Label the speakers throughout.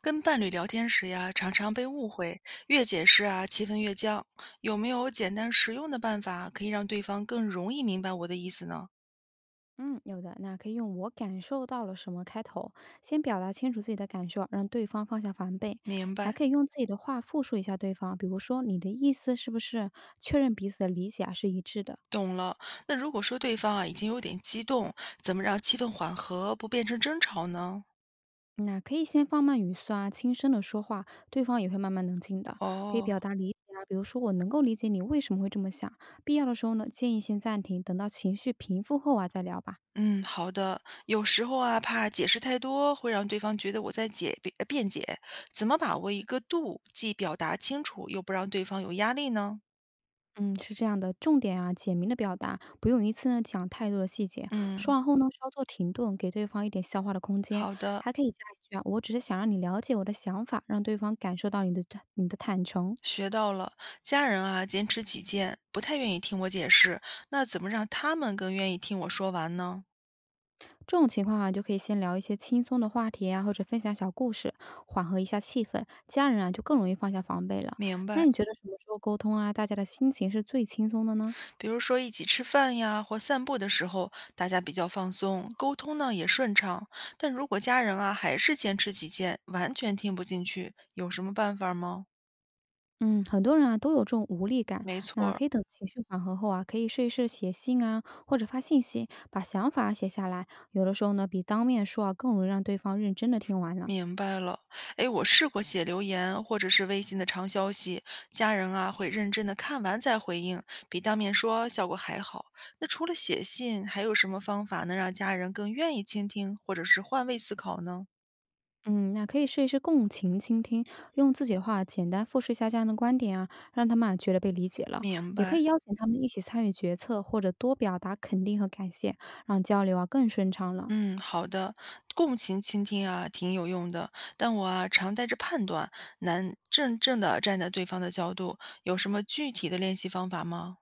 Speaker 1: 跟伴侣聊天时呀，常常被误会，越解释啊，气氛越僵。有没有简单实用的办法可以让对方更容易明白我的意思呢？
Speaker 2: 嗯，有的，那可以用“我感受到了什么”开头，先表达清楚自己的感受，让对方放下防备，
Speaker 1: 明
Speaker 2: 还
Speaker 1: 白，
Speaker 2: 可以用自己的话复述一下对方，比如说你的意思是不是确认彼此的理解啊是一致的。
Speaker 1: 懂了。那如果说对方啊已经有点激动，怎么让气氛缓和，不变成争吵呢？
Speaker 2: 那可以先放慢语速啊，轻声的说话，对方也会慢慢冷静的。可以
Speaker 1: 哦，
Speaker 2: 表达理解啊，比如说我能够理解你为什么会这么想，必要的时候呢，建议先暂停，等到情绪平复后啊再聊吧。
Speaker 1: 嗯，好的。有时候啊，怕解释太多会让对方觉得我在解辩解，怎么把握一个度，既表达清楚，又不让对方有压力呢？
Speaker 2: 嗯，是这样的，重点啊，简明的表达，不用一次呢讲太多的细节。说
Speaker 1: 嗯，
Speaker 2: 完后呢，稍作停顿，给对方一点消化的空间，
Speaker 1: 好的。
Speaker 2: 还可以加一句啊，我只是想让你了解我的想法，让对方感受到你的真你的坦诚。
Speaker 1: 学到了，家人啊坚持己见，不太愿意听我解释，那怎么让他们更愿意听我说完呢？
Speaker 2: 这种情况啊，就可以先聊一些轻松的话题啊，或者分享小故事，缓和一下气氛，家人啊就更容易放下防备了。
Speaker 1: 明
Speaker 2: 那
Speaker 1: 白，
Speaker 2: 你觉得什么时候沟通啊，大家的心情是最轻松的呢？
Speaker 1: 比如说一起吃饭呀或散步的时候，大家比较放松，沟通呢也顺畅。但如果家人啊还是坚持己见，完全听不进去，有什么办法吗？
Speaker 2: 嗯，很多人啊都有这种无力感，
Speaker 1: 没
Speaker 2: 那
Speaker 1: 错。
Speaker 2: 可以等情绪缓和后啊，可以试一试写信啊，或者发信息，把想法写下来。有的时候呢，比当面说啊更容易让对方认真的听完了。
Speaker 1: 明白了，哎，我试过写留言或者是微信的长消息，家人啊会认真的看完再回应，比当面说效果还好。那除了写信，还有什么方法能让家人更愿意倾听或者是换位思考呢？
Speaker 2: 嗯，那可以试一试共情倾听，用自己的话简单复述一下这样的观点啊，让他们啊觉得被理解了。
Speaker 1: 明
Speaker 2: 也
Speaker 1: 白，
Speaker 2: 可以邀请他们一起参与决策，或者多表达肯定和感谢，让交流啊更顺畅了。
Speaker 1: 嗯，好的，共情倾听啊挺有用的，但我啊常带着判断，难真正的站在对方的角度。有什么具体的练习方法吗？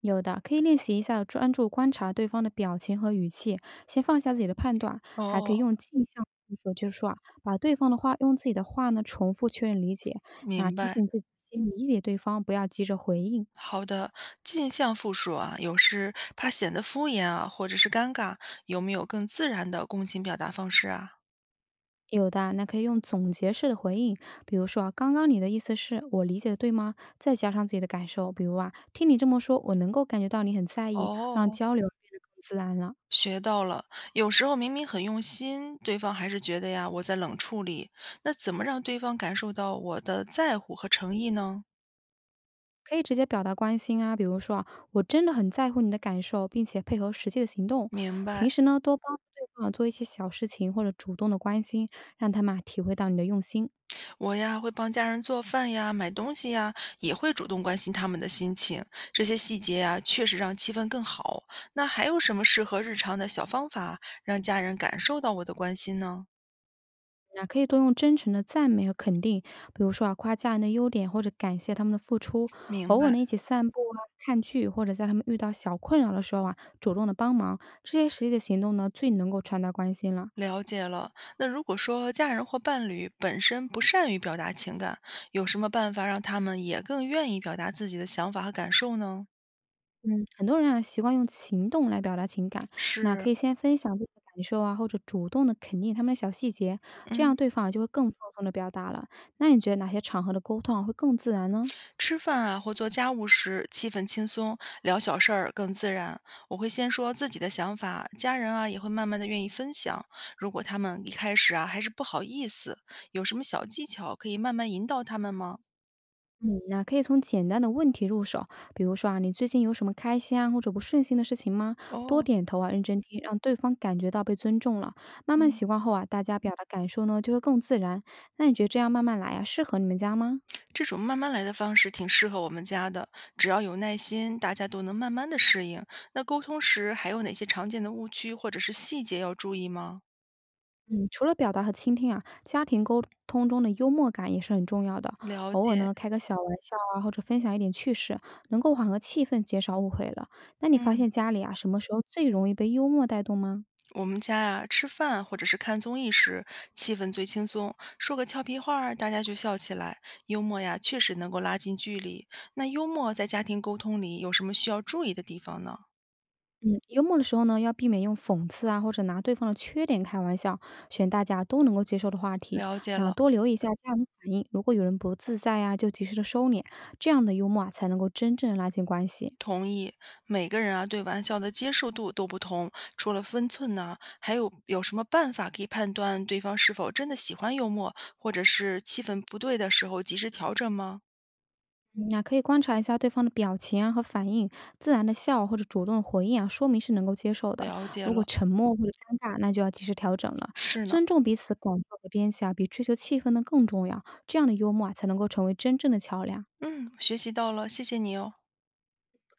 Speaker 2: 有的，可以练习一下专注观察对方的表情和语气，先放下自己的判断，还可以
Speaker 1: 哦，
Speaker 2: 用镜像技术，就是说啊，把对方的话用自己的话呢重复确认理解，那
Speaker 1: 明
Speaker 2: 提
Speaker 1: 白。
Speaker 2: 醒自己先理解对方，不要急着回应。
Speaker 1: 好的，镜像复述啊，有时怕显得敷衍啊，或者是尴尬，有没有更自然的共情表达方式啊？
Speaker 2: 有的啊那可以用总结式的回应，比如说啊，刚刚你的意思是我理解的对吗？再加上自己的感受，比如啊，听你这么说，我能够感觉到你很在意，让
Speaker 1: 哦，
Speaker 2: 交流变得更自然了。
Speaker 1: 学到了。有时候明明很用心，对方还是觉得呀，我在冷处理。那怎么让对方感受到我的在乎和诚意呢？
Speaker 2: 可以直接表达关心啊，比如说啊，我真的很在乎你的感受，并且配合实际的行动。
Speaker 1: 明白。
Speaker 2: 平时呢，多帮助对方啊做一些小事情，或者主动的关心，让他们啊体会到你的用心。
Speaker 1: 我呀，会帮家人做饭呀、买东西呀，也会主动关心他们的心情。这些细节呀，确实让气氛更好。那还有什么适合日常的小方法，让家人感受到我的关心呢？
Speaker 2: 那可以多用真诚的赞美和肯定，比如说啊，夸家人的优点，或者感谢他们的付出。
Speaker 1: 明
Speaker 2: 偶尔
Speaker 1: 白，
Speaker 2: 呢，一起散步啊、看剧，或者在他们遇到小困扰的时候啊，主动的帮忙，这些实际的行动呢，最能够传达关心了。
Speaker 1: 了解了。那如果说家人或伴侣本身不善于表达情感，有什么办法让他们也更愿意表达自己的想法和感受呢？
Speaker 2: 嗯，很多人啊习惯用行动来表达情感，那
Speaker 1: 是，
Speaker 2: 可以先分享自己的感受啊，或者主动的肯定他们的小细节，这
Speaker 1: 嗯。
Speaker 2: 样对方啊就会更放松的表达了。那你觉得哪些场合的沟通啊会更自然呢？
Speaker 1: 吃饭啊或做家务时，气氛轻松，聊小事儿更自然。我会先说自己的想法，家人啊也会慢慢的愿意分享。如果他们一开始啊还是不好意思，有什么小技巧可以慢慢引导他们吗？
Speaker 2: 嗯，那可以从简单的问题入手，比如说啊，你最近有什么开心啊或者不顺心的事情吗？多
Speaker 1: 哦。
Speaker 2: 点头啊，认真听，让对方感觉到被尊重了。慢慢
Speaker 1: 嗯，
Speaker 2: 习惯后啊，大家表达感受呢就会更自然。那你觉得这样慢慢来啊，适合你们家吗？
Speaker 1: 这种慢慢来的方式挺适合我们家的，只要有耐心，大家都能慢慢的适应。那沟通时还有哪些常见的误区或者是细节要注意吗？
Speaker 2: 嗯，除了表达和倾听啊，家庭沟通中的幽默感也是很重要的。
Speaker 1: 了
Speaker 2: 偶尔
Speaker 1: 解，
Speaker 2: 呢，开个小玩笑啊，或者分享一点趣事，能够缓和气氛，减少误会了。那你发
Speaker 1: 嗯。
Speaker 2: 现家里啊，什么时候最容易被幽默带动吗？
Speaker 1: 我们家呀，吃饭或者是看综艺时，气氛最轻松，说个俏皮话儿，大家就笑起来。幽默呀，确实能够拉近距离。那幽默在家庭沟通里有什么需要注意的地方呢？
Speaker 2: 嗯，幽默的时候呢，要避免用讽刺啊，或者拿对方的缺点开玩笑，选大家都能够接受的话题。
Speaker 1: 了解
Speaker 2: 那
Speaker 1: 了，
Speaker 2: 多留意一下家人的反应，如果有人不自在啊，就及时的收敛，这样的幽默啊，才能够真正拉近关系。
Speaker 1: 同意。每个人啊，对玩笑的接受度都不同，除了分寸呢，还有什么办法可以判断对方是否真的喜欢幽默，或者是气氛不对的时候及时调整吗？
Speaker 2: 嗯啊，可以观察一下对方的表情啊和反应，自然的笑或者主动的回应啊，说明是能够接受的。
Speaker 1: 了解
Speaker 2: 如果
Speaker 1: 了，
Speaker 2: 沉默或者尴尬，那就要及时调整了。
Speaker 1: 是呢。
Speaker 2: 尊重彼此感受和边界啊，比追求气氛呢更重要。这样的幽默啊，才能够成为真正的桥梁。
Speaker 1: 嗯，学习到了，谢谢你哦。